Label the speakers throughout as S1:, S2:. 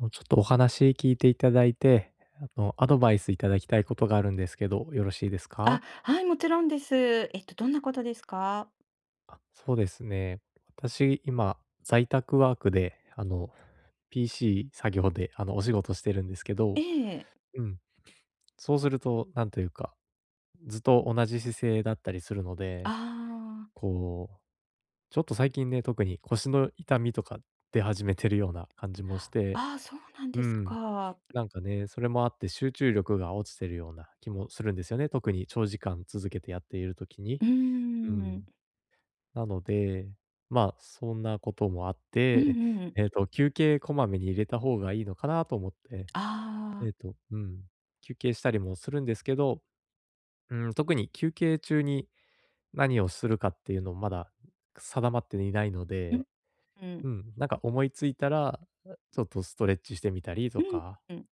S1: もうちょっとお話聞いていただいて、アドバイスいただきたいことがあるんですけど、よろしいです
S2: あ、
S1: か？
S2: はい、もちろんです。どんなことですか？
S1: あ、そうですね。私、今、在宅ワークで、PC 作業で、お仕事してるんですけど、
S2: ええ。
S1: うん、そうすると、なんというか、ずっと同じ姿勢だったりするので、
S2: あ
S1: こう、ちょっと最近ね、特に腰の痛みとか出始めてるような感じもして、
S2: あ、ああ、そうなん
S1: う
S2: です
S1: ん、
S2: か。
S1: なんかね、それもあって集中力が落ちてるような気もするんですよね。特に長時間続けてやっているときに。
S2: うー
S1: うん。
S2: ん。
S1: なので、まあ、そんなこともあっ
S2: う
S1: て、
S2: んう ん。
S1: 休憩こまめに入れた方がいいのかなと思って、
S2: ああ、
S1: うん、休憩したりもするんですけど、うん、特に休憩中に何をするかっていうのまだ定まっていないの
S2: うん
S1: で、
S2: うん。
S1: うん、なんか思いついたら、ちょっとストレッチしてみたりと
S2: うん
S1: か
S2: うん。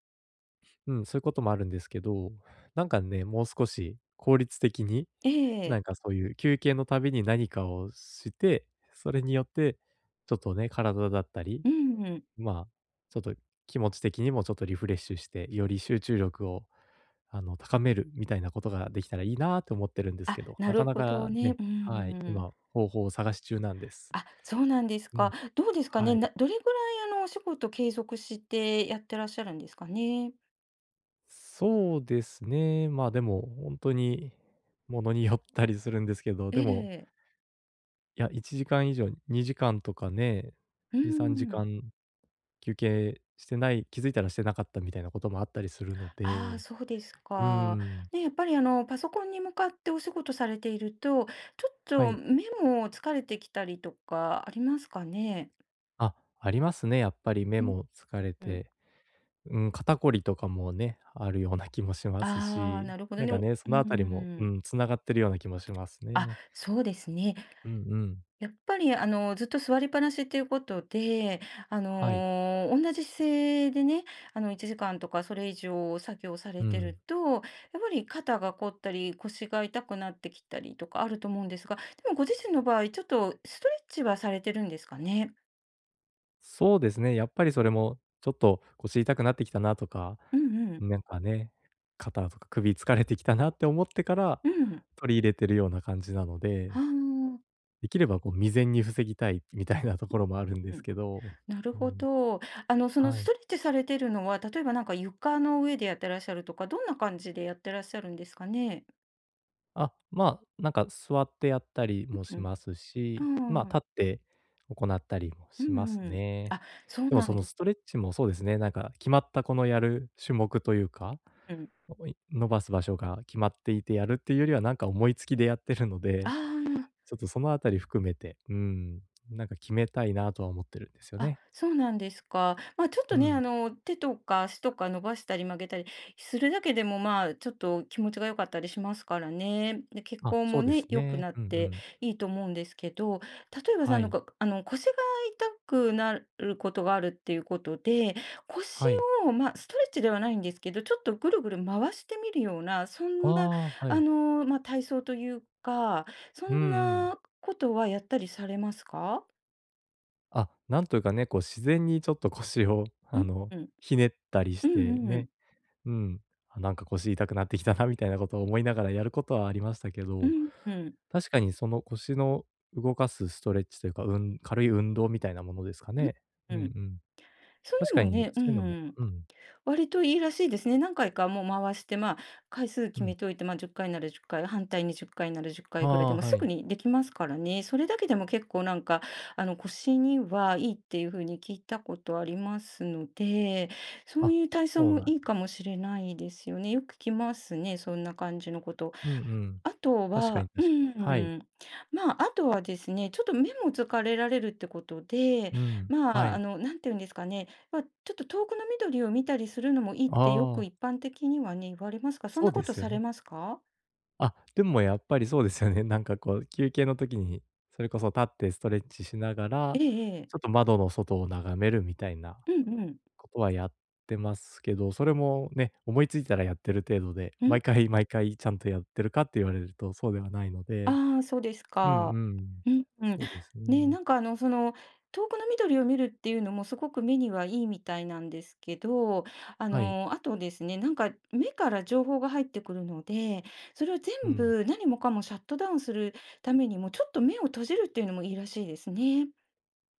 S1: うん、そういうこともあるんですけど、なんかね、もう少し効率的に、
S2: え
S1: な
S2: え。
S1: んかそういう休憩のたびに何かをして、それによって、ちょっとね、体だったり、
S2: うんうん。
S1: まあ、ちょっと気持ち的にもちょっとリフレッシュして、より集中力を、高めるみたいなことができたらいいなと思ってるんです
S2: あ、
S1: けど、
S2: な
S1: なか
S2: る
S1: な
S2: ほど
S1: か
S2: ね。
S1: ね、
S2: う
S1: はい、
S2: ん。
S1: 今、方法を探し中なんです。
S2: あ、そうなんです
S1: うん、
S2: か。どうですか
S1: は
S2: ね、
S1: い。
S2: などれぐらい、あの、お仕事継続してやってらっしゃるんですかね？
S1: そうですね。まあでも、本当に、ものによったりするんですけど、
S2: え
S1: でも
S2: え。
S1: いや、1時間以上、2時間とかね、
S2: うー
S1: 2、3時
S2: ん。
S1: 間休憩してない気づいたらしてなかったみたいなこともあったりするの
S2: ああ、
S1: で、
S2: そうです
S1: うー
S2: か。
S1: ん、
S2: ね、やっぱりあの、パソコンに向かってお仕事されていると、ちょっ
S1: は
S2: と
S1: い。
S2: 目も疲れてきたりとかありますかね？
S1: あ、ありますね、やっぱり目
S2: うん
S1: も疲れ
S2: うん。
S1: て、うん、肩こりとかもね、あるような気もします
S2: ああ、
S1: し、
S2: なるほど
S1: なん
S2: ね。
S1: か
S2: お
S1: ね、そ
S2: う
S1: のあたりも、う
S2: ん。
S1: ん、つながってるような気もします
S2: あ、
S1: ね。
S2: そうですね。
S1: うんうん。
S2: やっぱり、あの、ずっと座りっぱなしっていうことで、あ
S1: はい。
S2: の、同じ姿勢でね、あの、1時間とかそれ以上作業さ
S1: う
S2: れて
S1: ん。
S2: ると、やっぱり肩が凝ったり、腰が痛くなってきたりとかあると思うんですが、でもご自身の場合、ちょっとストレッチはされてるんですかね？
S1: そうですね、やっぱりそれもちょっと腰痛くなってきたなとか、
S2: うんうん。
S1: なんかね、肩とか首疲れてきたなって思ってから、
S2: うん。
S1: 取り入れてるような感じなの
S2: はあ、
S1: で、
S2: う
S1: できればこう未然に防ぎたいみたいなところもあるんです
S2: ん。
S1: けど、
S2: なる
S1: う
S2: ほ
S1: ん、
S2: ど。あの、その
S1: は
S2: ス
S1: い。
S2: トレッチされてるのは、例えばなんか床の上でやってらっしゃるとか、どんな感じでやってらっしゃるんですかね？
S1: あ、まあ、なんか座ってやったりも
S2: う
S1: し
S2: ん。
S1: ます
S2: う
S1: し、まあ、
S2: ん。
S1: 立って行ったりも
S2: う
S1: します
S2: んうん。
S1: ね。
S2: あ、そう
S1: でも
S2: な
S1: そ
S2: ん
S1: の
S2: で
S1: ストレッチもそうですね、なんか決まったこのやる種目というか
S2: うん。
S1: おい伸ばす場所が決まっていてやるっていうよりは、なんか思いつきでやってるの
S2: あ
S1: で、
S2: あ。
S1: ちょっとそのあたり含めて、うん、なんか決めたいなとは思ってるんですよ
S2: あ、
S1: ね。
S2: そうなんですか。まあ、ちょっ
S1: う
S2: とね、
S1: ん。
S2: あの、手とか足とか伸ばしたり曲げたりするだけでも、まあ、ちょっと気持ちが良かったりしますからね。で、血
S1: あ、
S2: 行
S1: そ
S2: も
S1: うです
S2: ね、良く
S1: ね。
S2: なっ
S1: うんう
S2: て
S1: ん。
S2: いいと思うんですけど、例えばさ、
S1: は
S2: なん
S1: い。
S2: か、あの、腰が痛くなることがあるっていうことで、腰
S1: はい。
S2: を、まあ、ストレッチではないんですけど、ちょっとぐるぐる回してみるような、そ
S1: あ
S2: んな、
S1: あ、は
S2: あ
S1: い。
S2: の、まあ、体操というか、そ
S1: うん
S2: ん
S1: うん。
S2: なことはやったりされますか
S1: あ、なんというかね、こう自然にちょっと腰を、
S2: うんうん。
S1: ひねったりし
S2: うんう
S1: て
S2: んうん。
S1: ね、うん、あ、なんか腰痛くなってきたなみたいなことを思いながらやることはありましたけ
S2: う
S1: ど、
S2: ん、うん、
S1: 確かにその腰の動かすストレッチというか、うん、軽い運動みたいなものですか
S2: うん、
S1: ね。うん
S2: うん。
S1: うん。
S2: そ
S1: 確
S2: れ
S1: か
S2: も
S1: に
S2: ね、う
S1: そういうのも
S2: ん、
S1: うん、
S2: 割といいらしいですね。何回かもう回して、まあ、回数
S1: う
S2: 決
S1: ん。
S2: めておいて、まあ、10回なら10回、反対に10回なら10
S1: あ
S2: 回ぐらいで
S1: あ、
S2: も
S1: は
S2: すぐ
S1: い。
S2: にできますからね。それだけでも結構なんか、あの、腰にはいいっていう風に聞いたことありますので、そう
S1: あ、
S2: いう体操
S1: そう
S2: も
S1: なん
S2: いいかもしれないですよね。よく聞きますね、そんな感じのこと
S1: うんうん。
S2: あと
S1: 確かに
S2: はう
S1: 確かに。はい。
S2: ーん、まあ、あとはですね、ちょっと目も疲れられるってことで、
S1: うん、は
S2: まあ、あ
S1: い。
S2: の、なんて言うんですかね、まあ、ちょっと遠くの緑を見たりするのもいいっ
S1: あ
S2: てよく
S1: あ、
S2: 一般的にはね、言われますが、そん
S1: そう
S2: な
S1: で
S2: こと
S1: すよ
S2: され
S1: ね。
S2: ますか？
S1: あ、でもやっぱりそうですよね。なんかこう休憩の時に、それこそ立ってストレッチしなが
S2: え
S1: ら、
S2: ええ
S1: ちょっ
S2: え。
S1: と窓の外を眺めるみたいな
S2: うんうん。
S1: ことはやってますけど、それもね、思いついたらやってる程度で、
S2: う
S1: 毎
S2: ん。
S1: 回毎回ちゃんとやってるかって言われるとそうではないので、
S2: ああ、そうです
S1: うん
S2: か。
S1: うん。
S2: うんうん。
S1: そうです
S2: ね、
S1: ね。
S2: なんかあの、その、遠くの緑を見るっていうのもすごく目にはいいみたいなんですけど、あ
S1: はい。
S2: の、あとですね、なんか目から情報が入ってくるので、それを全
S1: うん。
S2: 部何もかもシャットダウンするためにも、ちょっと目を閉じるっていうのもいいらしいですね。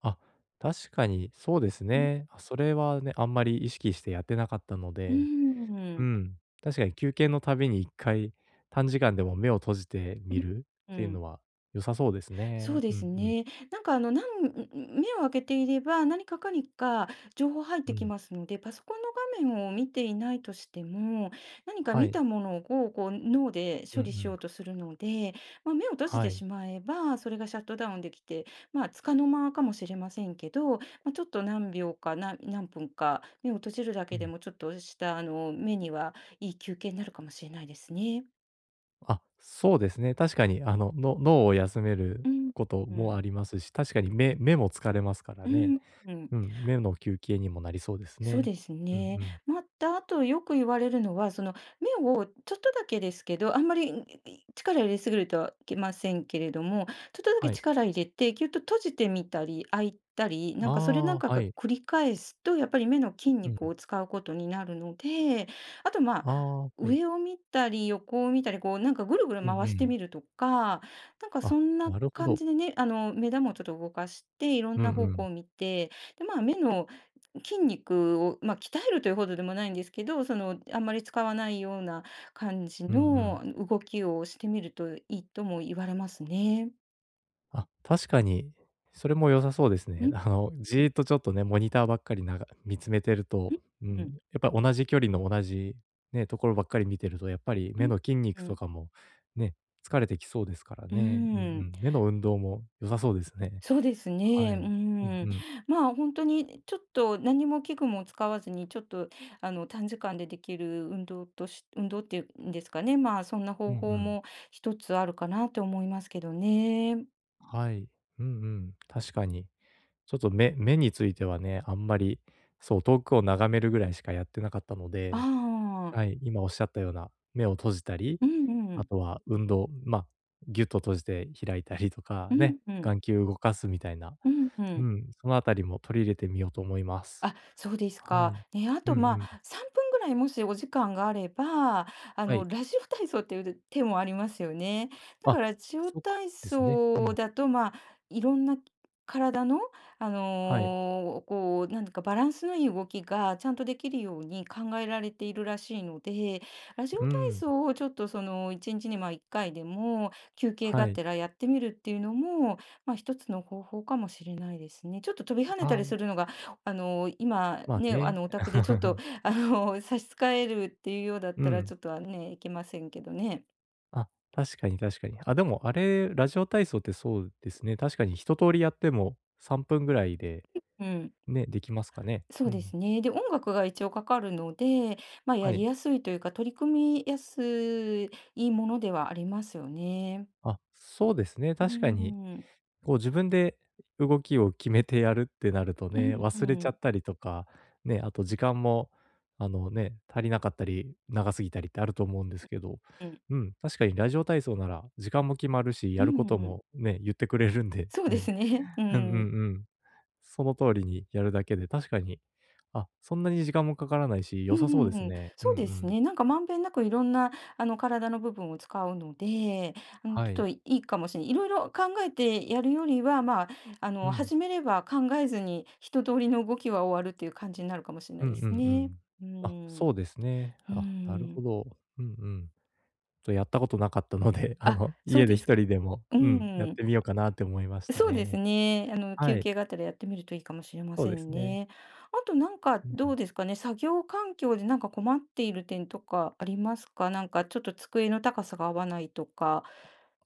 S1: あ、確かにそうです
S2: うん、
S1: ね。あ、それはね、あんまり意識してやってなかったの
S2: う
S1: で、
S2: ー
S1: う
S2: ん。
S1: ん。確かに休憩のたびに1回短時間でも目を閉じてみるっ
S2: う
S1: ていうの
S2: ん。
S1: は良さそうです
S2: そう
S1: ね。
S2: で
S1: う
S2: す
S1: んうん。
S2: ね。なんかあの、なん目を開けていれば、何かかにか情報入っ
S1: う
S2: てき
S1: ん。
S2: ますので、パソコンの画面を見ていないとしても、何か
S1: は
S2: 見
S1: い。
S2: たものをこう脳で
S1: うん
S2: 処
S1: う
S2: 理し
S1: ん。
S2: ようとするので、まあ、目を閉じ
S1: は
S2: て
S1: い。
S2: しまえば、それがシャットダウンできて、ま、あ束の間かもしれませんけど、まあ、ちょっと何秒か、な何分か目を閉じるだ
S1: う
S2: けで
S1: ん。
S2: もちょっとしたあの、目にはいい休憩になるかもしれないですね。
S1: あ、そうですね。確かに、の脳を休める
S2: うん。
S1: こと
S2: う
S1: も
S2: ん。
S1: ありますし、確かに目も疲れますから
S2: う
S1: ね。
S2: ん、うん。
S1: うん、目の休憩にもなりそうです
S2: そう
S1: ね。
S2: です
S1: うんう
S2: ね。
S1: ん。
S2: また、あとよく言われるのは、その、目をちょっとだけですけど、あんまり、ん、い力入れすぎるとはいけませんけれども、ちょっとだけ
S1: はい。
S2: 力入れて、ぎゅっと閉じてみたり、開いたり、なんかそれなん
S1: ああ、
S2: か
S1: は
S2: が
S1: い。
S2: 繰り返すと、やっぱり目の筋
S1: う
S2: 肉
S1: ん。
S2: を使うことになるので、あと、ま
S1: あ
S2: あ、
S1: あ、はい。
S2: 上を見たり、横を見たり、こう、なんかぐるぐる
S1: うん
S2: 回
S1: う
S2: して
S1: ん。
S2: みるとか、なんかそ
S1: あ、
S2: んな
S1: なるほ
S2: 感
S1: ど。
S2: じでね、あの、目玉をちょっと動かして、いろん
S1: う
S2: な
S1: んう
S2: 方
S1: ん。
S2: 向を見て、で、まあ、目の筋肉を、まあ、鍛えるというほどでもないんですけど、その、あんまり使わないような感じ
S1: うんうん。
S2: の、動きをしてみるといいとも言われますね。
S1: あ、確かに、それも良さそうです
S2: う
S1: ね。
S2: ん、
S1: じ
S2: うん、
S1: ーっとちょっとね、モニターばっかり見つめてると、
S2: う
S1: う
S2: ん、
S1: ん、
S2: うん、
S1: やっぱり同じ距離の同じね、ところばっかり見てると、やっぱり目の筋肉
S2: う
S1: と
S2: ん、
S1: かもね、疲れてきそうですから
S2: う
S1: ね。うんう
S2: ん。
S1: ん。目の運動も良さそうですね。
S2: そうですね。
S1: はい。
S2: う
S1: うん
S2: ん。
S1: うん。
S2: まあ、本当にちょっと何も器具も使わずに、ちょっと、あの、短時間でできる運動とし運動っていうんですかね、まあ、そんな
S1: う
S2: 方
S1: んう
S2: 法
S1: ん。
S2: も一つあるかなと思いますけどね。
S1: はい。うんうん。確かに。ちょっと目についてはね、あんまり、そう、遠くを眺めるぐらいしかやってなかったの
S2: あ
S1: で、
S2: あ。
S1: はい、今おっしゃったような、目を閉じたり、
S2: うんう
S1: あ
S2: ん。
S1: とは運動、まあ、ぎゅっと閉じて開いたりとか
S2: う
S1: ね、
S2: んうん。
S1: 眼球動かすみたいな、
S2: うんう
S1: う
S2: ん。
S1: ん、そのあたりも取り入れてみようと思います。
S2: あ、そうです
S1: は
S2: か。
S1: い。
S2: ね、あ
S1: う
S2: と、
S1: ん
S2: ま
S1: うん。
S2: あ、3分ぐらいもしお時間があれば、あ
S1: は
S2: の、
S1: い。
S2: ラジオ体操っていう手もありますよね。だ
S1: あ、
S2: から、ラジオ
S1: そう
S2: 体
S1: ですね。う
S2: 操
S1: ん。
S2: だと、まあ、いろんな体の、
S1: はい。
S2: こう、なんだかバランスのいい動きがちゃんとできるように考えられているらしいので、ラジオ
S1: う
S2: 体
S1: ん。
S2: 操をちょっとその、1日にちにまあ1回でも休憩
S1: は
S2: が
S1: い。
S2: てらやってみるっていうのも、まあ、一つの方法かもしれないですね。ちょっと飛び跳ねた
S1: あ
S2: りす
S1: あ、
S2: るのがあの、今
S1: まあ
S2: ね、あ
S1: ね。
S2: の、お宅でちょっと、あの 差し支えるっていうようだっ
S1: う
S2: たら、
S1: ん。
S2: ちょっとはね、いけませんけどね。
S1: あ、確かに確かに。あ、でもあれ、ラジオ体操ってそうですね、確かに一通りやっても3分ぐらいで、
S2: うん。
S1: ね、できますかね。
S2: そ
S1: う
S2: うで
S1: ん。
S2: すね。で、音楽が一応かかるので、ま、あや
S1: は
S2: り
S1: い。
S2: やすいというか、取り組みやすいものではありますよね。
S1: あ、そうですね。確かに、
S2: ー
S1: こう自分で動きを決めてやるってなると
S2: う
S1: ね、
S2: ん
S1: 忘れち
S2: う
S1: ゃっ
S2: ん。
S1: たりとか、ね、あと時間も、あのね、足りなかったり、長すぎたりってあると思うんですけど、
S2: うん。
S1: うん、確かにラジオ体操なら時間も決まるし、
S2: う
S1: やるこ
S2: ん
S1: と
S2: うん。
S1: もね、言ってくれるんで、
S2: そうで
S1: ね。
S2: すね。う
S1: うんうん
S2: ん。
S1: うん。その通りにやるだけで、確かに、あ、そんなに時間もかからないし、
S2: う
S1: 良さそうです
S2: ん、
S1: ね。うん
S2: そう
S1: う
S2: です
S1: ん。
S2: ね。なんかまんべんなくいろんなあの体の部分を使うので、あの
S1: は
S2: ちょっ
S1: い。
S2: といいかもしれない。いろいろ考えてやるよりは、まあ、あ
S1: う
S2: の
S1: ん。
S2: 始めれば考えずに一通りの動きは終わるっていう感じになるかもしれな
S1: う
S2: い
S1: んう
S2: で
S1: ん
S2: す
S1: う
S2: ね。
S1: ん。
S2: う
S1: あ、
S2: ん、
S1: そうですね。
S2: う
S1: あ、なる
S2: ん。
S1: ほど。うんうん。ちょっとやったことなかったので、
S2: あ、そう
S1: 家で
S2: です
S1: 一
S2: か。
S1: 人でも、
S2: う
S1: うん、やって
S2: ん。
S1: みようかなって思いました
S2: そうです
S1: ね。
S2: ね。あの、
S1: は
S2: 休
S1: い、
S2: 憩があったらやってみるといいかもしれま
S1: そう
S2: せ
S1: で
S2: ん
S1: すね。
S2: ね。あとなんか
S1: うんう
S2: どう
S1: ん。
S2: ですかね、作業環境でなんか困っている点とかありますか？なんかちょっと机の高さが合わないとか。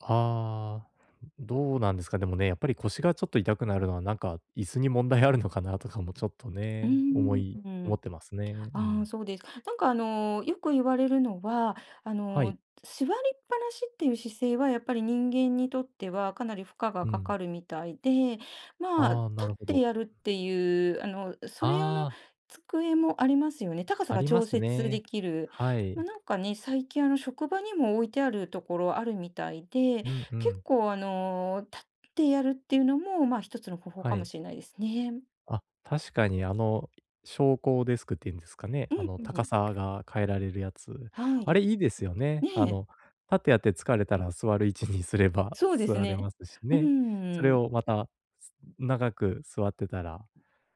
S1: ああ、どうなんですか、でもね、やっぱり腰がちょっと痛くなるのは、なんか、椅子に問題あるのかなとかもちょっと
S2: う
S1: ね、
S2: ー
S1: 思い思
S2: ん。
S1: ってますね。う
S2: ああ、
S1: ん。
S2: そうです。なんかあの、よく言われるのは、あ
S1: は
S2: の、
S1: い。
S2: 座りっぱなしっていう姿勢はやっぱり人間にとってはかなり負荷が
S1: う
S2: か
S1: ん。
S2: かるみたいで、まあ、立
S1: ああ、なる
S2: っ
S1: ほ
S2: て
S1: ど。
S2: やるっていう、あの、それ用の
S1: ああ、
S2: 机もありますよね。高さ
S1: あ
S2: が
S1: りま
S2: 調
S1: す
S2: 節で
S1: ね。
S2: きる。
S1: は
S2: まあ、
S1: い。
S2: なんかね、最近あの、職場にも置いてあるところあるみたいで、
S1: うんう
S2: 結
S1: ん。
S2: 構あの、立ってやるっていうのも、まあ一つの方法
S1: は
S2: かも
S1: い。
S2: しれないですね。
S1: あ、確かに昇降デスクっていうんですかね、
S2: うんう
S1: 高
S2: ん。
S1: さが変えられるやつ。
S2: は
S1: あれ
S2: い。
S1: いいですよね。
S2: ねえ。
S1: 立ってやって疲れたら座る位置にすれば
S2: そう です
S1: 座れ
S2: ね。
S1: ますし
S2: う
S1: ね。それ
S2: ーん、
S1: をまた、長く座ってたら、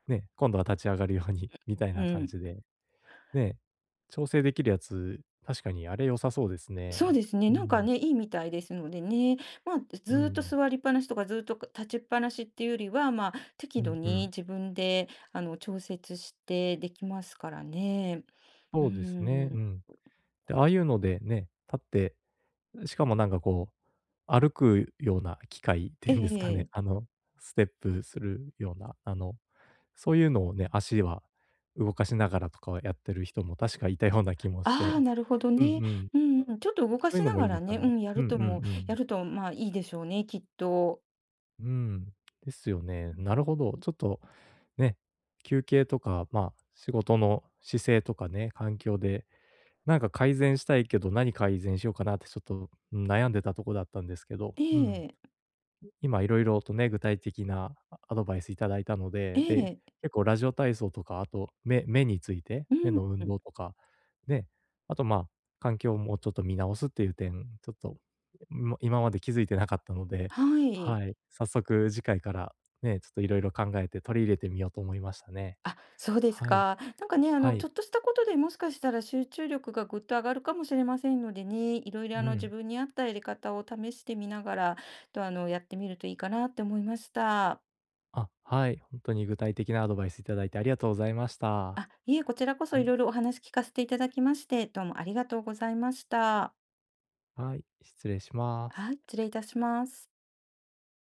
S1: ね、今度は立ち上がるようにみたい
S2: う
S1: な感
S2: ん。
S1: じで、ね、調整できるやつ、確かにあれ良さそうです
S2: そう
S1: ね。
S2: ですね、
S1: う
S2: なんか
S1: ん、
S2: ね、いいみたいですのでね、まあ、
S1: う
S2: ずーっと
S1: ん、
S2: 座りっぱなしとか、ずーっと立ちっぱなしっていうよりは、まあ、
S1: う
S2: 適度
S1: んう
S2: に
S1: ん。
S2: 自分で、あの、調節してできますからね。う
S1: そうですね、う
S2: ん。
S1: ん。で、ああいうのでね、立ってしかもなんかこう、歩くような機械って
S2: え
S1: いうんですかね、
S2: え
S1: ステップするような、そういうのをね、足は動かしながらとかをやってる人も確かいたような気もし
S2: ああ、
S1: て、
S2: なるほど
S1: うん
S2: ね。
S1: うん、
S2: うんうん。ちょっと動
S1: そ
S2: か
S1: ういう
S2: し
S1: の
S2: な
S1: もい
S2: が
S1: いの
S2: ら
S1: か
S2: ね、
S1: な。
S2: うん、や
S1: う
S2: る
S1: ん
S2: と
S1: うん
S2: も
S1: う
S2: や
S1: ん。
S2: ると、まあ、いいでしょうね、きっと。
S1: うん、ですよね。なるほど。ちょっとね、休憩とか、まあ、仕事の姿勢とかね、環境で、なんか改善したいけど、何改善しようかなってちょっと、うん、悩んでたとこだったんですけど、
S2: え
S1: うん。
S2: え、
S1: 今いろいろとね、具体的なアドバイスいただいたの
S2: え
S1: で、で、
S2: え、
S1: 結構ラジオ体操とか、あと、目について、目の運
S2: うん、
S1: 動とか、ね、あと、まあ、環境をもうちょっと見直すっていう点、ちょっと、今まで気づいてなかったので、
S2: はい。
S1: はい、早速次回から、ね、ちょっといろいろ考えて取り入れてみようと思いましたね。
S2: あ、そうです
S1: はい、
S2: か。なんかね、あ
S1: は
S2: の、ち
S1: い、
S2: ょっとしたことでもしかしたら集中力がぐっと上がるかもしれませんのでね、いろいろあ
S1: う
S2: の自
S1: ん。
S2: 分に合ったやり方を試してみながら、とあの、やってみるといいかなって思いました。
S1: あ、はい、本当に具体的なアドバイスいただいてありがとうございました。
S2: あ、いえ、こちらこそ
S1: は
S2: い
S1: い、
S2: ろいろお話聞かせていただきまして、どうもありがとうございました。
S1: はい、失礼します。
S2: はい、失礼いたします。